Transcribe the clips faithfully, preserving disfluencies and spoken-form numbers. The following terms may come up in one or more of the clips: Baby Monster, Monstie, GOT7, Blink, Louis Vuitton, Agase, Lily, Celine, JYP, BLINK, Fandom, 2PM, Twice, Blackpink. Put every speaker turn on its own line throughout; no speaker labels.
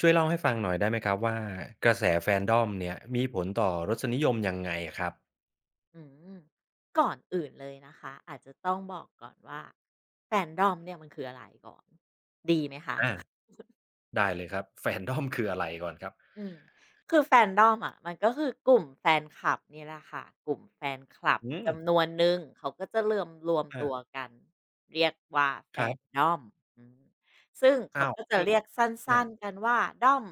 ช่วยเล่าให้ฟังหน่อยได้ไหมครับว่ากระแสแฟนดอมเนี่ยมีผลต่อรสนิยมยังไงอะครับ
อืมก่อนอื่นเลยนะคะอาจจะต้องบอกก่อนว่าแฟนรอมเนี่ยมันคืออะไรก่อนด
อาได้เลยครับ f a n d อมคืออะไรก่อนครับ
อืมคือแฟนดอมอ่ะมันก็คือกลุ่มแฟนคลับนี่แหละค่ะกลุ่มแฟนคลับ
อืม
จำนวนหนึ่งเขาก็จะเริ่มรวม
อา
ตัวกันเรียกว่าแฟ
ครั
น・
บ
ด o อืมซึ่งเขา
อ้าว
ก็จะ
อือ
เรียกสั
อา
้นๆกันว่าด้อม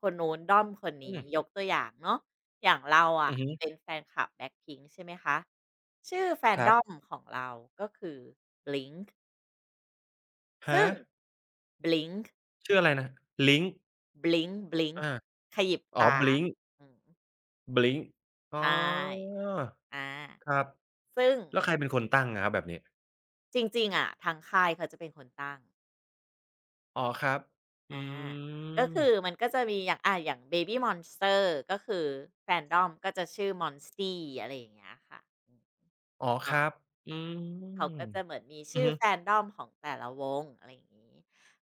คนนู้นด้อมคน
อื
นี้
ม
ยกตัวอย่างเนาะอย่างเรา
อื
อะ
อฮึ
เป็นแฟนคลับ Blackpink ใช่ไหมคะชื่อแฟน
ค
ด
รั
อ
บ
มของเราก็คือ BLINK
ฮะ
ซึ่ง BLINK
ชื่ออะไรนะ Link
BLINK BLINK
อา
ขยิบ
อ๋อ
ตา
Blink
อืม
Blink อ๋
ใช่
อ
อา
ครับ
ซึ่ง
แล้วใครเป็นคนตั้งอะครับแบบนี้
จริงๆอะทางค่ายเขาจะเป็นคนตั้ง
อ๋อครับอื
อาก็คื
ม
อมันก็จะมีอย่างอ่าอย่าง Baby Monster ก็คือ Fandom ก็จะชื่อ Monstie อะไรอย่างเงี้ยค่ะอืม
อ๋อค
เขา
รับอื
เขา
ม
ก็จะเหมือนมี
อือ
ชื่อ
ฮึ
Fandom ของแต่ละวงอะไรอย่างงี้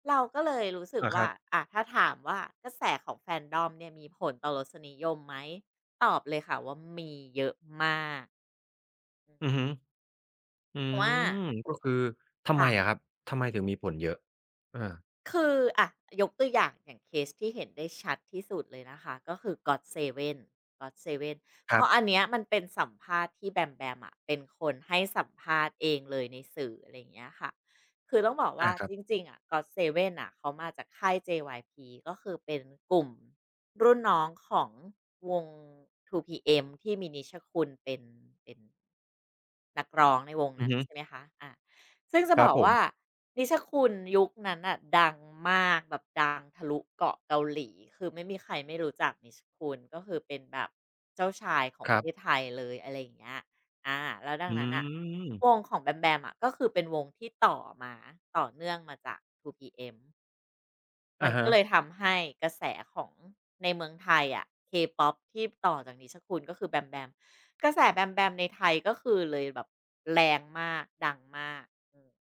เราก็เลยรู้สึก
อาครั
ว่า
บ
อะถ้าถามว่ากระแสของ Fandom เนี่ยมีผลต่อรสนิยมไหม ตอบเลยค่ะว่ามีเยอะมาก
อือฮึ อื
เพราะว่า
มก็คือทำไม
ค่ะ
อะครับทำไมถึงมีผลเยอะอา
คืออ่ะยกตัวอย่างอย่างเคสที่เห็นได้ชัดที่สุดเลยนะคะก็คือ ก็อต เซเว่น ก็อต เซเว่น
ค
เพ
รับ
ราะอันเนี้ยมันเป็นสัมภาษณ์ที่แบมแบมอ่ะเป็นคนให้สัมภาษณ์เองเลยในสื่ออะไรอย่างเงี้ยค่ะคือต้องบอก
อา
ว่า
ครั
จ
บ
ริงๆอ่ะ g o ่นอ่ะเขามาจากค่าย เจ วาย พี ก็คือเป็นกลุ่มรุ่นน้องของวง ทู พี เอ็ม ที่มีนิชคุณเป็นเป็น นักร้องในวง
อือ
นั้น
ฮึ
ใช่ไหมคะอาซึ่งจะ
ค
บ
รับ
อก
ผ
ว่า
ม
นิชคุณยุคนั้นน่ะดังมากแบบดังทะลุเกาะเกาหลีคือไม่มีใครไม่รู้จักนิชคุณก็คือเป็นแบบเจ้าชายของ
ค
ประ
รั
เทศ
บ
ไทยเลยอะไรอย่างเงี้ยอาแล้วดั
อื
งนั้นอ่ะ
ม
วงของแบมแบมอะก็คือเป็นวงที่ต่อมาต่อเนื่องมาจาก ทู พี เอ็ม มั
อะ
นก็
ฮะ
เลยทำให้กระแสของในเมืองไทยอะ K-pop ที่ต่อจากนิชคุณก็คือแบมแบมกระแสแบมแบมในไทยก็คือเลยแบบแรงมากดังมากอืม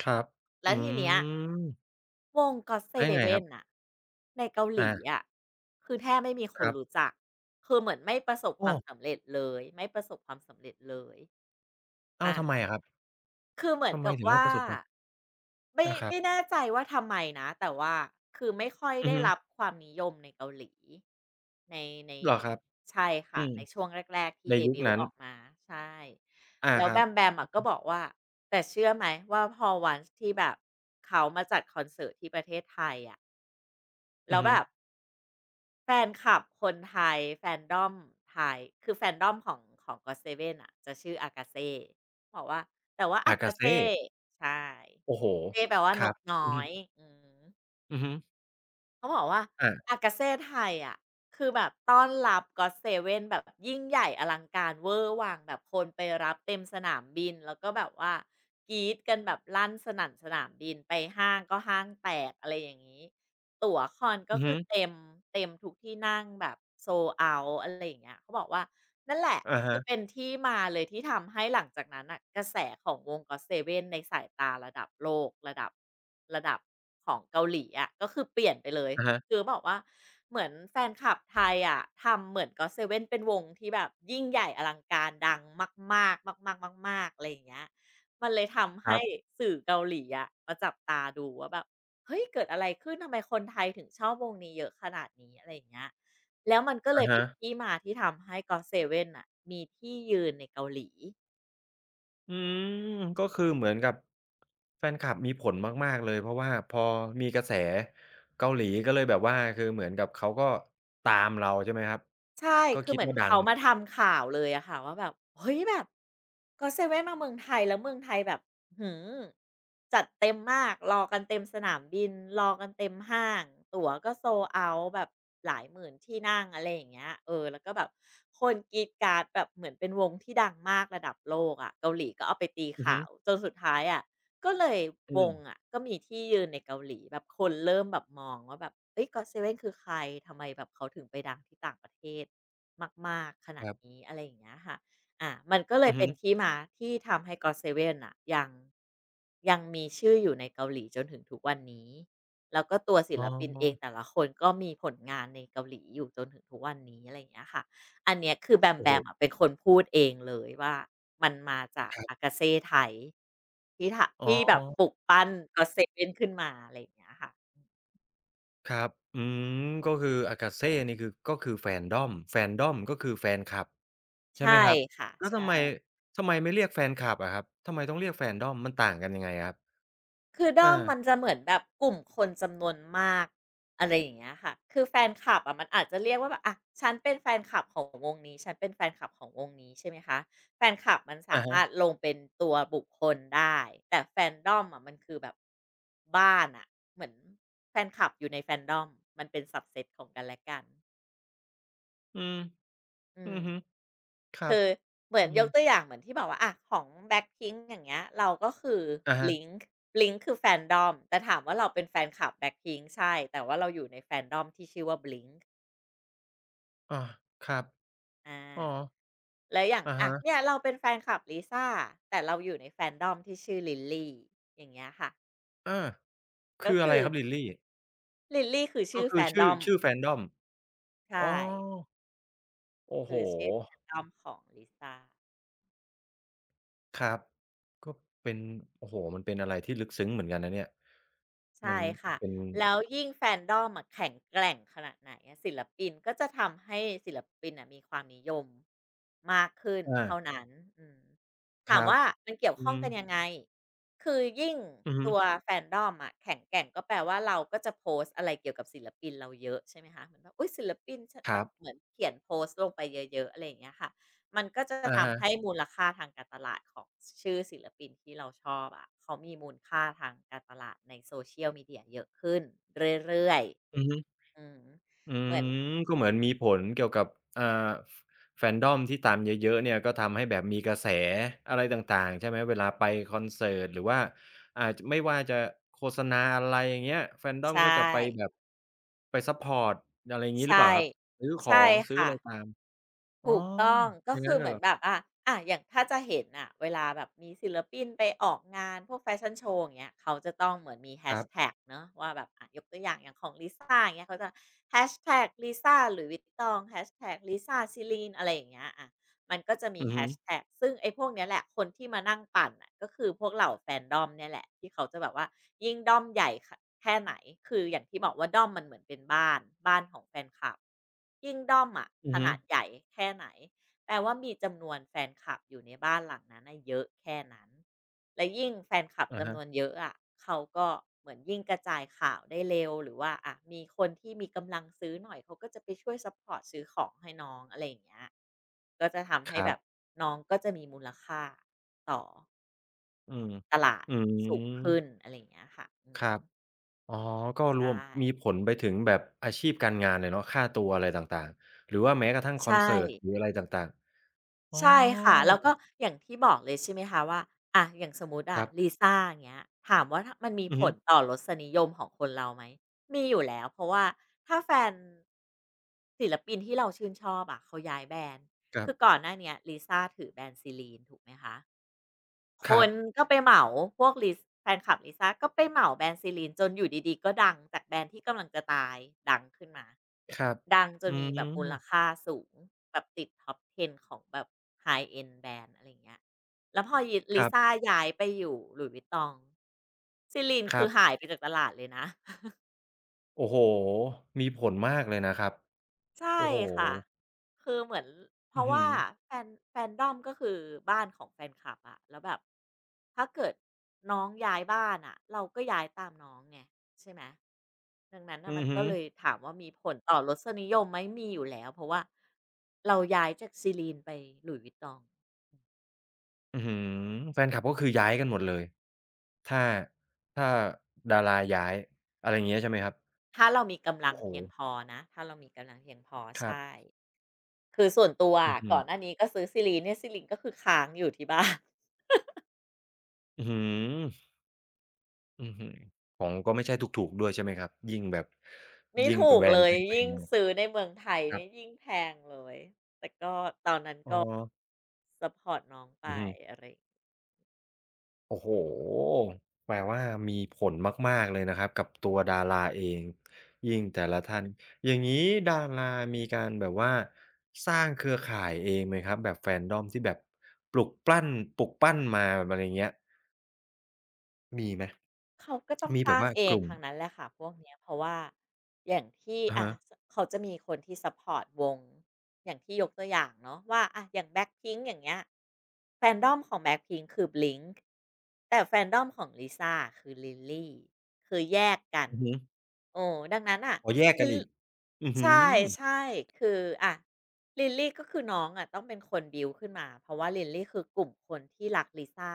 ครับ
แล้
อื
วทีเนี้ย
ม
วง
แล้วยังไงครับ
ก็อต เซเว่น น่ะในเกาหลี
อา
อะคือแทบไม่มีค
ค
น
รั
รู้
บ
จักคือเหมือนไม่ประสบค
อ้
วาม
อ
สำเร็จเลยไม่ประสบความสำเร็จเลย
อ้าวทำ
อา
ไมอะครับ
คือเหมือน
ทำไม
กับ
ถึงไม่
ว่า
ประสบความ
ไม่
อาครับ
ไม่แน่ใจว่าทำไมนะแต่ว่าคือไม่ค่อย
อือ
ได้
ฮึ
รับความนิยมในเกาหลีในใน
เหรอครับ
ใช่
อื
ค่ะ
ม
ในช่วงแรกๆที่
ใน
เด
ยุค
บิวต์
นั้น
ออกมาใช่
อา
แล้ว
ค
แบ
รับ
มแบมอะก็บอกว่าแต่เชื่อไหมว่าพอวันที่แบบเขามาจัดคอนเสิร์ตที่ประเทศไทยอะ
อื
แล้
อ
ว
ฮึ
แบบ แฟนคลับคนไทยแฟนดอมไทยคือแฟนดอมของของ ก็อต เซเว่น อะจะชื่อ Agase บอกว่าแต่ว่า
Akaze
Agase ใช่
โอ้โฮ
เซแปลว่า
ค
น
รับ
กน้อ
อือฮึ
ยอืม
อือฮึ
เขาบอกว่า
อา
Agase ไทยอะคือแบบต้อนรับ ก็อต เซเว่น แบบยิ่งใหญ่อลังการเวอร์วังแบบคนไปรับเต็มสนามบินแล้วก็แบบว่ากรี๊ดกันแบบลั่นสนั่นสนามบินไปห้างก็ห้างแตกอะไรอย่างงี้ ตั๋วคอนก็
อือ
คื
ฮึ
อเต็มเต็มทุกที่นั่งแบบ sold out อะไรอย่างเงี้ยเขาบอกว่านั่นแหละ
อะ
คือเป็
ฮะ
นที่มาเลยที่ทำให้หลังจากนั้นน่ะกระแสของวง ก็อต เซเว่น ในสายตาระดับโลกระดับระดับของเกาหลีอะก็คือเปลี่ยนไปเลย
อะฮะ
คือบอกว่าเหมือนแฟนคลับไทยอะทำเหมือน ก็อต เซเว่น เป็นวงที่แบบยิ่งใหญ่อลังการดังมากๆมากๆมากๆอะไรอย่างเงี้ยมันเลยทำ
ครั
ให้
บ
สื่อเกาหลีอะมาจับตาดูว่าแบบ เฮ้ยเกิดอะไรขึ้นทำไมคนไทยถึงชอบวงนี้เยอะขนาดนี้อะไรอย่างเงี้ยแล้วมันก็เล
อะ
ยเป็
ฮะ
นที่มาที่ทำให้ ก็อต เซเว่น น่ะมีที่ยืนในเกาหลี
อืมก็คือเหมือนกับแฟนคลับมีผลมากๆเลยเพราะว่าพอมีกระแสเกาหลีก็เลยแบบว่าคือเหมือนกับเขาก็ตามเราใช่ไหมครับ
ใช่
ก็
คือ
คิด
เหมือน
ว่าดัง
เขามาทำข่าวเลยอะค่ะว่าแบบเฮ้ยแบบก็เซเว่นมาเมืองไทยแล้วเมืองไทยแบบหือจัดเต็มมากรอกันเต็มสนามบินรอกันเต็มห้างตั๋วก็ s o l อา u แบบหลายหมื่นที่นั่งอะไรอย่างเงี้ยเออแล้วก็แบบคนกรี๊ดกราร์ดแบบเหมือนเป็นวงที่ดังมากระดับโลกอะเกาหลีก็เอาไปตี
อือฮึ
ข่าวจนสุดท้ายอะ ก็เลยว
อืม
งอะก็มีที่ยืนในเกาหลีแบบคนเริ่มแบบมองว่าแบบเอ้ยก็เซเว t นคือใครทำไมแบบเขาถึงไปดังที่ต่างประเทศมากๆขนา
ค
ด
รับ
นี้อะไรอย่างเงี้ยค่ะอ่ะมันก็เล
อื
ย
อฮึ
เป็นที่มาที่ทำให้ก็เซเว่น่ะยังยังมีชื่ออยู่ในเกาหลีจนถึงทุกวันนี้แล้วก็ตัวศิ
อ๋อ
ลปินเองแต่ละคนก็มีผลงานในเกาหลีอยู่จนถึงทุกวันนี้อะไรอย่างเงี้ยค่ะ อันเนี้ยคือแบม
โอ้
แบ
โฮ
มอะเป็นคนพูดเองเลยว่ามันมาจาก
ครับ
อากาเซ่ไทยที่ถะ
อ๋อ
ที่แบบปลุกปั้นก็อตเซเว่นขึ้นมาอะไรอย่างเงี้ยค่ะ
ครับอืมก็คือ Akaze นี่คือก็คือ Fandom Fandom ก็คือแฟนคลับใช่
ใช่
ไหมครับ
ค่ะ
แล้ว
ใช
ทำไม
่
ทำไมไม่เรียกแฟนคลับอะครับทำไมต้องเรียก Fandom มันต่างกันยังไงอะครับ
คือ
เออ
ด้อมมันจะเหมือนแบบกลุ่มคนจำนวนมากอะไรอย่างเงี้ยค่ะคือแฟนคลับอะมันอาจจะเรียกว่าแบบอ่ะฉันเป็นแฟนคลับของวงนี้ฉันเป็นแฟนคลับของวงนี้ใช่ไหมคะแฟนคลับมันสา
อะ
มารถ
ฮะ
ลงเป็นตัวบุคคลได้แต่แฟนดอมอะมันคือแบบบ้านอะเหมือนแฟนคลับอยู่ในแฟนดอมมันเป็น s ั b เ e ตของกันและกัน
อืม
อื
อือฮึ
ม
ครับ
คือเหมื
อื
อน
อ
ย
ฮึ
กตัวอย่างเหมือนที่บอกว่าอะของ Blackpink อย่างเงี้ยเราก็คือ
อะฮะ
Blink บลิ้งค์ คือแฟนดอมแต่ถามว่าเราเป็นแฟนคลับ Blackpink ใช่แต่ว่าเราอยู่ในแฟนดอมที่ชื่อว่า Blink
ออครับ
อา
อ๋อ
แล้วอย่าง
อะ
อะ
ฮะ
เนี่ยเราเป็นแฟนคลับลิซ่าแต่เราอยู่ในแฟนดอมที่ชื่อ Lilly อย่างเงี้ยค่ะ
อา
ก็
คืออะไร
คือ
ครับ Lily?
Lilly คือ
ก็
ชื่อแฟ
คือ
นด
ชื่อ
อม
ชื่อ Fandom อ๋
ใช่
อโอ้โฮ
คือชื่อแฟนดอมของลิซ่า
ครับก็เป็นโอ้โฮมันเป็นอะไรที่ลึกซึ้งเหมือนกันนะเนี่ยมั
ใช่
น
ค่ะ
เป็น
แล้วยิ่งแฟนดอมอะแข็งแกร่งขนาดไหนอะศิลปินก็จะทำให้ศิลปินอะมีความนิยมมากขึ้นเท่า
อา
นั้นอืม
ค
ถาม
รับ
ว่ามันเกี่ยว
อือ
ข้อง
ฮึ
กันยังไงคือยิ่ง
อือฮึ
ตัวแฟนด o อะแข็งแกร่งก็แปลว่าเราก็จะโพสต์อะไรเกี่ยวกับศิลปินเราเยอะใช่ไหมคะเหมือนแบบอุ๊ยศิลปินช
ค
แบ
รั
บ
บ
เหมือนเขียนโพสต์ลงไปเยอะๆอะไรอย่างเงี้ยค่ะ มันก็จะ
อะ
ทำให้
ฮะ
มูลค่าทางการตลาดของชื่อศิลปินที่เราชอบอะเขามีมูลค่าทางการตลาดในโซเชียลมีเดียเยอะขึ้นเรื่อย
อือฮึ
ๆอือ
อื
เหมือน
มก็เหมือนมีผลเกี่ยวกับอ่าแฟนดอมที่ตามเยอะๆเนี่ยก็ทำให้แบบมีกระแสอะไรต่างๆใช่ไหมเวลาไปคอนเสิร์ตหรือว่าอ่าจไม่ว่าจะโฆษณาอะไรอย่างเงี้ยแฟนด d อม
ใช่
ก็จะไปแบบไปซัปพอร์ตอะไรอย่างงี้หรือเป
ใช่
ล่าครับซื้อขอ
ใช่
งซื้อ
ค่ะ
อะไรตามอ๋อ
ถูกต้อง
อ
ก็
ย่าง
คื
งั้
อ
น
เห
น่ะ
มื
เหร
อนแบ
อ
บอะอะอย่างถ้าจะเห็นอ่ะเวลาแบบมีศิลปินไปออกงานพวกแฟชั่นโชว์อย่างเงี้ยเขาจะต้องเหมือนมี
ครับ
hashtag เนาะว่าแบบอ่ะยกตัวอย่างอย่างของลิซ่าอย่างเงี้ยเขาจะ hashtag ลิซ่าหรือวิตตอง แฮชแท็ก ลิซ่าซิลีนอะไรอย่างเงี้ยอะ มันก็จะมี
อือ
แฮ
ฮึ
ชแท็กซึ่งไอ้พวกเนี้ยแหละคนที่มานั่งปั่นน่ะก็คือพวกเหล่าแฟนดอมเนี่ยแหละที่เขาจะแบบว่ายิ่งด้อมใหญ่ค่ะแค่ไหนคืออย่างที่บอกว่าด้อมมันเหมือนเป็นบ้านบ้านของแฟนคลับยิ่งด้อมอะ
อื
ข
อฮึ
นาดใหญ่แค่ไหน แปลว่ามีจำนวนแฟนคลับอยู่ในบ้านหลังนั้นน่ะเยอะแค่นั้นและยิ่งแฟนคลับ
อะ
จำ
ฮะ
นวนเยอะอะเขาก็เหมือนยิ่งกระจายข่าวได้เร็วหรือว่าอะมีคนที่มีกำลังซื้อหน่อยเขาก็จะไปช่วยซัปพอร์ตซื้อของให้น้องอะไรอย่างเงี้ยก็จะทำ
ค
ให้
รั
แบบ
บ
น้องก็จะมีมูลค่าต่อ
อืม
ตลาด
อื
สูงขึ้น
ม
อะไรอย่างเงี้ยค่ะอื
ค
ม
รับ อ๋อก็รว
ใช่
มมีผลไปถึงแบบอาชีพการงานเลยเนาะค่าตัวอะไรต่างๆหรือว่าแม้กระทั่งคอ
ใช่
นเสิร์ตหรืออะไรต่างๆอ๋อ
ใช่ค่ะแล้วก็อย่างที่บอกเลยใช่ไหมคะว่าอ่ะอย่างสมมุติ
ค
อะ
รับ
ลิซ่าอย่างเงี้ยถามว่าถามันมี
อือ
ผ
ฮึ
ลต่อรสนิยมของคนเราไหมมีอยู่แล้วเพราะว่าถ้าแฟนศิลปินที่เราชื่นชอบอะเขาย้ายแบรนด์
ครั
คือก่อ
บ
นหน้าเนี้ยลิซ่าถือแบรนด์ซีลีนถูกไหมคะ ค
ครั
น
บ
ก็ไปเหมาพวกลิแฟนคลับลิซ่าก็ไปเหมาแบรนด์ Celine จนอยู่ดีๆก็ดังจากแบรนด์ที่กำลังจะตายดังขึ้นมา
ครับ
ดังจ
อื
นมีแบบมูล
ม
ค่าสูงแบบติด Top สิบของแบบ ไฮเอนด์ แบรนด์อะไรอย่างเงี้ยแล้วพอ
ค
ลิ
รั
ซ่า
บ
ย้ายไปอยู่หลุยส์วิตตอง Celine
ค
คื
รั
อหาย
บ
ไปจากตลาดเลยนะ
โอ้โฮมีผลมากเลยนะครับ
ใช่
โอ้โฮ
ค่ะคือเหมือนเพ
อื้อ
ราะ
ฮื
ว่า
อ
แฟน f a n d อมก็คือบ้านของแฟนคลับอะแล้วแบบถ้าเกิดน้องย้ายบ้านอะเราก็ย้ายตามน้องไงใช่ไหมดังนั้น
อื
น่ะมั
อ
น
ฮึ
ก็เลยถามว่ามีผลต่อรสนิยมไหมมีอยู่แล้วเพราะว่าเราย้ายจาก Celine ไป หลุยส์วิตตอง
อื้อฮือแฟนคลับก็คือย้ายกันหมดเลยถ้าถ้าดาราย้ายอะไรอย่างเงี้ยใช่ไหมครับ
ถ้าเรามีกำลัง
โอ้โฮ
เพียงพอนะถ้าเรามีกำลังเพียงพอ
ครับ
ใช่คือส่วนตัว
อื้อ
อะ
ฮือ
ก่อนหน้านี้ก็ซื้อ Celine เนี่ย Celine ก็คือค้างอยู่ที่บ้าน
อื้อฮือ อื้อฮือของก็ไม่ใช่ถูกๆด้วยใช่ไหมครับยิ่งแบบ
ไม่
ยิ่ง
ถูก
แบร
เล
นด์แ
ย
พ
ยิ่
ง
งซื้อในเมืองไทย
ๆครับ
เนี่ยยิ่งแพงเลย
อ๋อ
ซัปพอร์ตน้องไป
อือฮึ
อะไร
โอ้โฮแปลว่ามีผลมากๆเลยนะครับกับตัวดาราเองยิ่งแต่ละท่านอย่างงี้ดารามีการแบบว่าสร้างเครือข่ายเองไหมครับแบบ Fandom ที่แบบปลุกปลั้นปลุกปั้นมาอะไรอย่างเงี้ยมีไหม
เขาก็ต้อง
มี
ส
แบบ
ร้าง
ว่า
เอ
ก
ง
ลุ่ม
ทางนั้นแหละค่ะพวกเนี้ยเพราะว่าอย่างที่
อะ
อ่า
ฮะ
สเขาจะมีคนที่ซัปพอร์ตวงอย่างที่ยกตัวอย่างเนาะว่าอะอย่าง Blackpink อย่างเงี้ย แฟนดอม ของ แบล็คพิงค์ คือ บลิ้งค์ แต่ แฟนดอม ของลิซ่าคือ ลิลี่ คือแยกกัน
อือฮึ
เออดังนั้นน่ะ
อ๋อแยกกั
คื
น
อ
อีกอื้อ
ใช
ฮือ
่ๆคืออะ ลิลลี่ก็คือน้องอะต้องเป็นคนบิวขึ้นมาเพราะว่าลิลลี่คือกลุ่มคนที่รักลิซ่า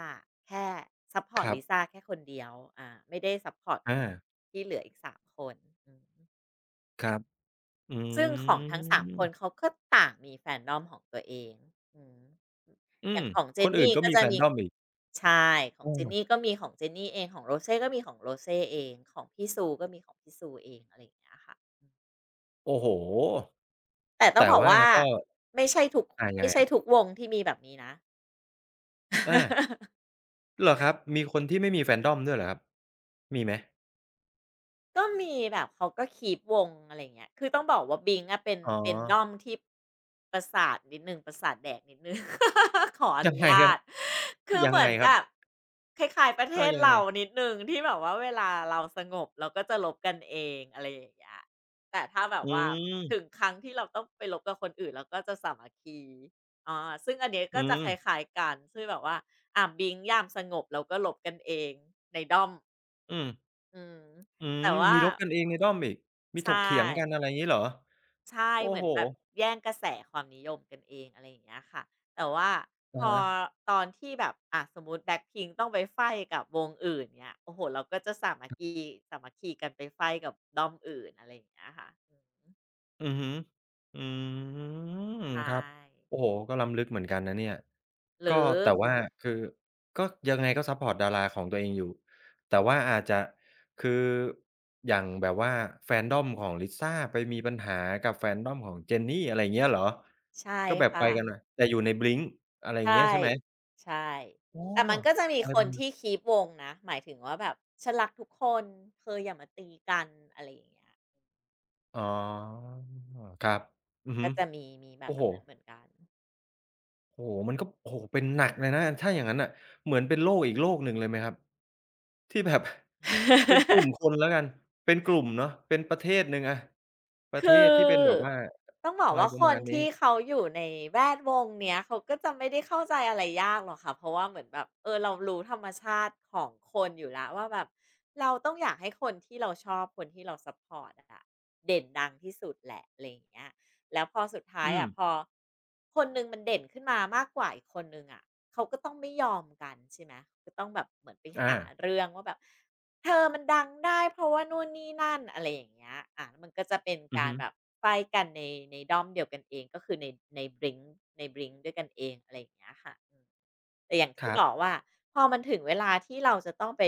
แค่ซัพพอ
ค
ร์ต
รับ
ลิซ่าแค่คนเดียวอ่าไม่ได้ซัพพอร์ต
อา
ที่เหลืออีกสามคนอืม
ครับ อื
ซึ่งของทั้งสามค
ม
นเขาก็ต่างมี fandom ของตัวเองอืม
อื
อย่า
ม
งของเจ
ค
น
นอื่น
นี่
ก็
ก็
มี
จะมี
Fandom อีก
ใชายขอ
เอ
งเจน
อ
นี่ก็มีของเจนนี่เองของโรเซ่ก็มีของโรเซ่เองของพี่ซูก็มีของพี่ซูเองอะไรอย่างเงี้ยค่ะ
โอ้โฮ
แต่ต้อ
แต่
งบอก
ว่า
ว่า
ก็
ไม่ใช่ทุก
อายัง
ไม่
ไงค
ใช่
รั
ทุ
บ
กวงที่มีแบบนี้นะ
อา เหรอครับ มีคนที่ไม่มี Fandom ด้วยเหรอครับ มีไหม
ก็มีแบบเขาก็คีบวงอะไร่เงี้ยคือต้องบอกว่าบ l i อะเป็น
อ๋อ
เป็นด้อมที่ประสาทนิดหนึ่งประสาทแดกนิดหนึ่ง ขออ
ยัง
นุ
ไงค
ญา
รับ
ตคือ
ยัง
เหมื
ไง
อน
ครั
แบ
บ
บคล้ายๆประเท
อา
ศ
ยังไง
เรานิดหนึ่งที่แบบว่าเวลาเราสงบเราก็จะลบกันเองอะไรอย่างเงี้ยแต่ถ้าแบบ
อื
ว่าถึง
ม
ครั้งที่เราต้องไปลบกับคนอื่นเราก็จะสามัคคีอาซึ่งอันเนี้ย
อื
ก็จะค
ม
ล้ายๆกันซึ่งแบบว่าอ่าบิงยามสงบเราก็ลบกันเองในด้อม
อืม
อืม
อืม
แต่ว่า
มีรบกันเองในด้อมอีก มี
ใช
ถกเถียงกันอะไร
่
งี้เหรอ
ใช่
โอ้
เหมื
โฮ
อนแบบแย่งกระแสความนิยมกันเองอะไรอย่างเงี้ยค่ะแต่ว่าพ
อะ
อ
ฮะ
ตอนที่แบบอ่าสมมุติ Blackpink ต้องไปไฟ้กับวงอื่นเงี้ยโอ้โฮเราก็จะสามัคคีสามัคคีกันไปไฟ้กับด้อมอื่นอะไรอย่างเงี้ยค่ะอืม
อือฮึอืม
ใช่
ครับโอ้โฮก็ล้ำลึกเหมือนกันนะเนี่ย
ห
ก็
รือ
แต่ว่าคือก็ยังไงก็ซัปพอร์ตดาราของตัวเองอยู่แต่ว่าอาจจะคืออย่างแบบว่า Fandom ของลิซ่าไปมีปัญหากับ Fandom ของเจนนี่อะไรอย่างเงี้ยเหรอ
ใช่
ก็แบบไป
ค่ะ
กันมะแต่อยู่ใน Blink อะไรอย่างเงี้ย
ใช่
ใช่ไหม
ใช่
อ้อ
แต่มันก็จะมี
อะไร
คนที่ k ี e วงนะหมายถึงว่าแบบฉันรักทุกคนเธออย่ามาตีกันอะไรอย่างเงี้ย
อ๋อครับอือฮึ
ก็จะมีมีแบ
โอ้โฮ
บนั้นเหมือนกัน
โอ้โฮมันก็โอ้โฮเป็นหนักเลยนะถ้าอย่างงั้นน่ะเหมือนเป็นโลกอีกโลกหนึ่งเลยไหมครับที่แบบ เป็นกลุ่ม คนแล้วกันเป็นกลุ่มเนาะเป็นประเทศหนึ่งอะประ
คื
เทศที่เป็นแบบ
อ
ว่า
ต้องบอก
อะไร
ว่า
ประ
ค
มา
น
ณนี้
ที่เขาอยู่ในแวดวงเนี้ยเขาก็จะไม่ได้เข้าใจอะไรยากหรอกค่ะเพราะว่าเหมือนแบบเออเรารู้ธรรมชาติของคนอยู่แล้วว่าแบบเราต้องอยากให้คนที่เราชอบคนที่เราซัพพอร์ตอะเด่นดังที่สุดแหละอะไรอย่างเงี้ยแล้วพอสุดท้าย
อืม
อะพอคนหนึ่งมันเด่นขึ้นมามากกว่าอีกคนหนึ่งอะเขาก็ต้องไม่ยอมกันใช่ไหมก็ต้องแบบเหมือนไป
อา
หาเรื่องว่าแบบ เธอมันดังได้เพราะว่านู่นนี่นั่นอะไรอย่างเงี้ยอามันก็จะเป็น
อือ
การ
ฮึ
แบบไขว้กันในในด้อมเดียวกันเองก็คือในใน Blink ใน Blink ด้วยกันเองอะไรอย่างเงี้ยค่ะอืมแต่อย่าง
ค
ที่
รับ
บอกว่าพอมันถึงเวลาที่เราจะต้องไป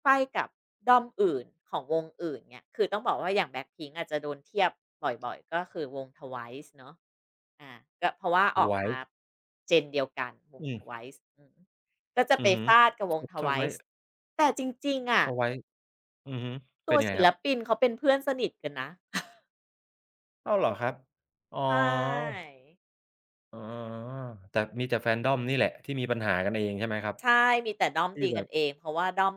ไขว้กับด้อมอื่นของวงอื่นเงี้ยคือต้องบอกว่าอย่าง Blackpink อาจจะโดนเทียบบ่อยๆก็คือวง Twice เนาะอาก็เพราะว่าออกมา
Twice
เจนเดียวกันวง
อืม
Twice อืมก็จะ
อือฮึท Twice
แต่จริงๆอะ
Twice อือฮึเป็
ตัว
นยังไง
ศิ
ค
ล
รับ
ปินเขาเป็นเพื่อนสนิทกันนะ
อ้าวเหรอครับอ๋อ
ใช่
อ๋อแต่มีแต่ Fandom นี่แหละที่มีปัญหากันเองใช่ไหมครับ
ใช่มีแต่ด้อม
ที่
ตี
แบ
กัน
บ
เองเพราะว่าด้อม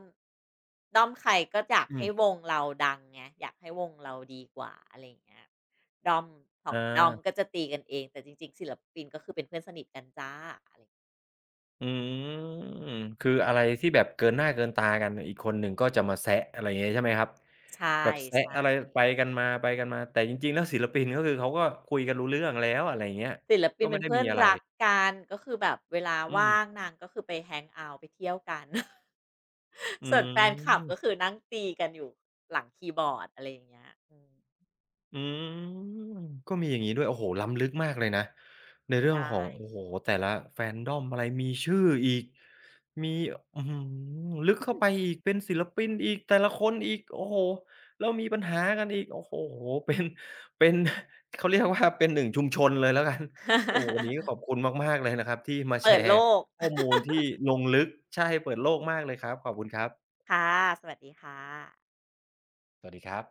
ด้อมใครก็อยาก
อื
ให้
ม
วงเราดังไงอยากให้วงเราดีกว่าอะไรอย่างเงี้ยด้อมส
อ
องด้อม
า
ก็จะตีกันเองแต่จริงๆศิลปินก็คือเป็นเพื่อนสนิทกันจ้ะอะไร
อืมคืออะไรที่แบบเกินหน้าเกินตากันอีกคนหนึ่งก็จะมาแซะอะไรอย่างงี้ใช่ไหมครับ
ใช
แบบแซะ
่
อะไรไปกันมาไปกันมา แต่จริงๆแล้วศิลปินก็คือเขาก็คุยกันรู้เรื่องแล้วอะไรอย่างเงี้ย
ๆศิลปิน
ก็ไม่
เป็น
ได้
เพื่อ
มี
น
อะไร
รักกันก็คือแบบเวลา
อืม
ว่างนางก็คือไปแฮงเอาต์ไปเที่ยวกัน
อื
ส่วนแฟนคลับก็คื
ม
อนั่งตีกันอยู่หลังคีย์บอร์ดอะไรอย่างเงี้ยอืม
อืมก็มีอย่างงี้ด้วยโอ้โฮล้ำลึกมากเลยนะในเรื่
ใช
องของโอ้
่
โฮแต่ละ Fandom อะไรมีชื่ออีกมีอื้อฮือลึกเข้าไปอีกเป็นศิลปินอีกแต่ละคนอีกโอ้โฮแล้วมีปัญหากันอีกโอ้โฮเป็นเป็น เขาเรียกว่าเป็นหนึ่งชุมชนเลยแล้วกันโอ้โฮวันนี้ขอ บคุณมากๆเลยนะครับที่มาแช
เปิดโล
ร์
ก
ข้อมูลที่ลงลึกใช่เปิดโลกมากเลยครับขอบคุณครับ
ค่ะ สวัสดีค่ะ
สวัสดีครับ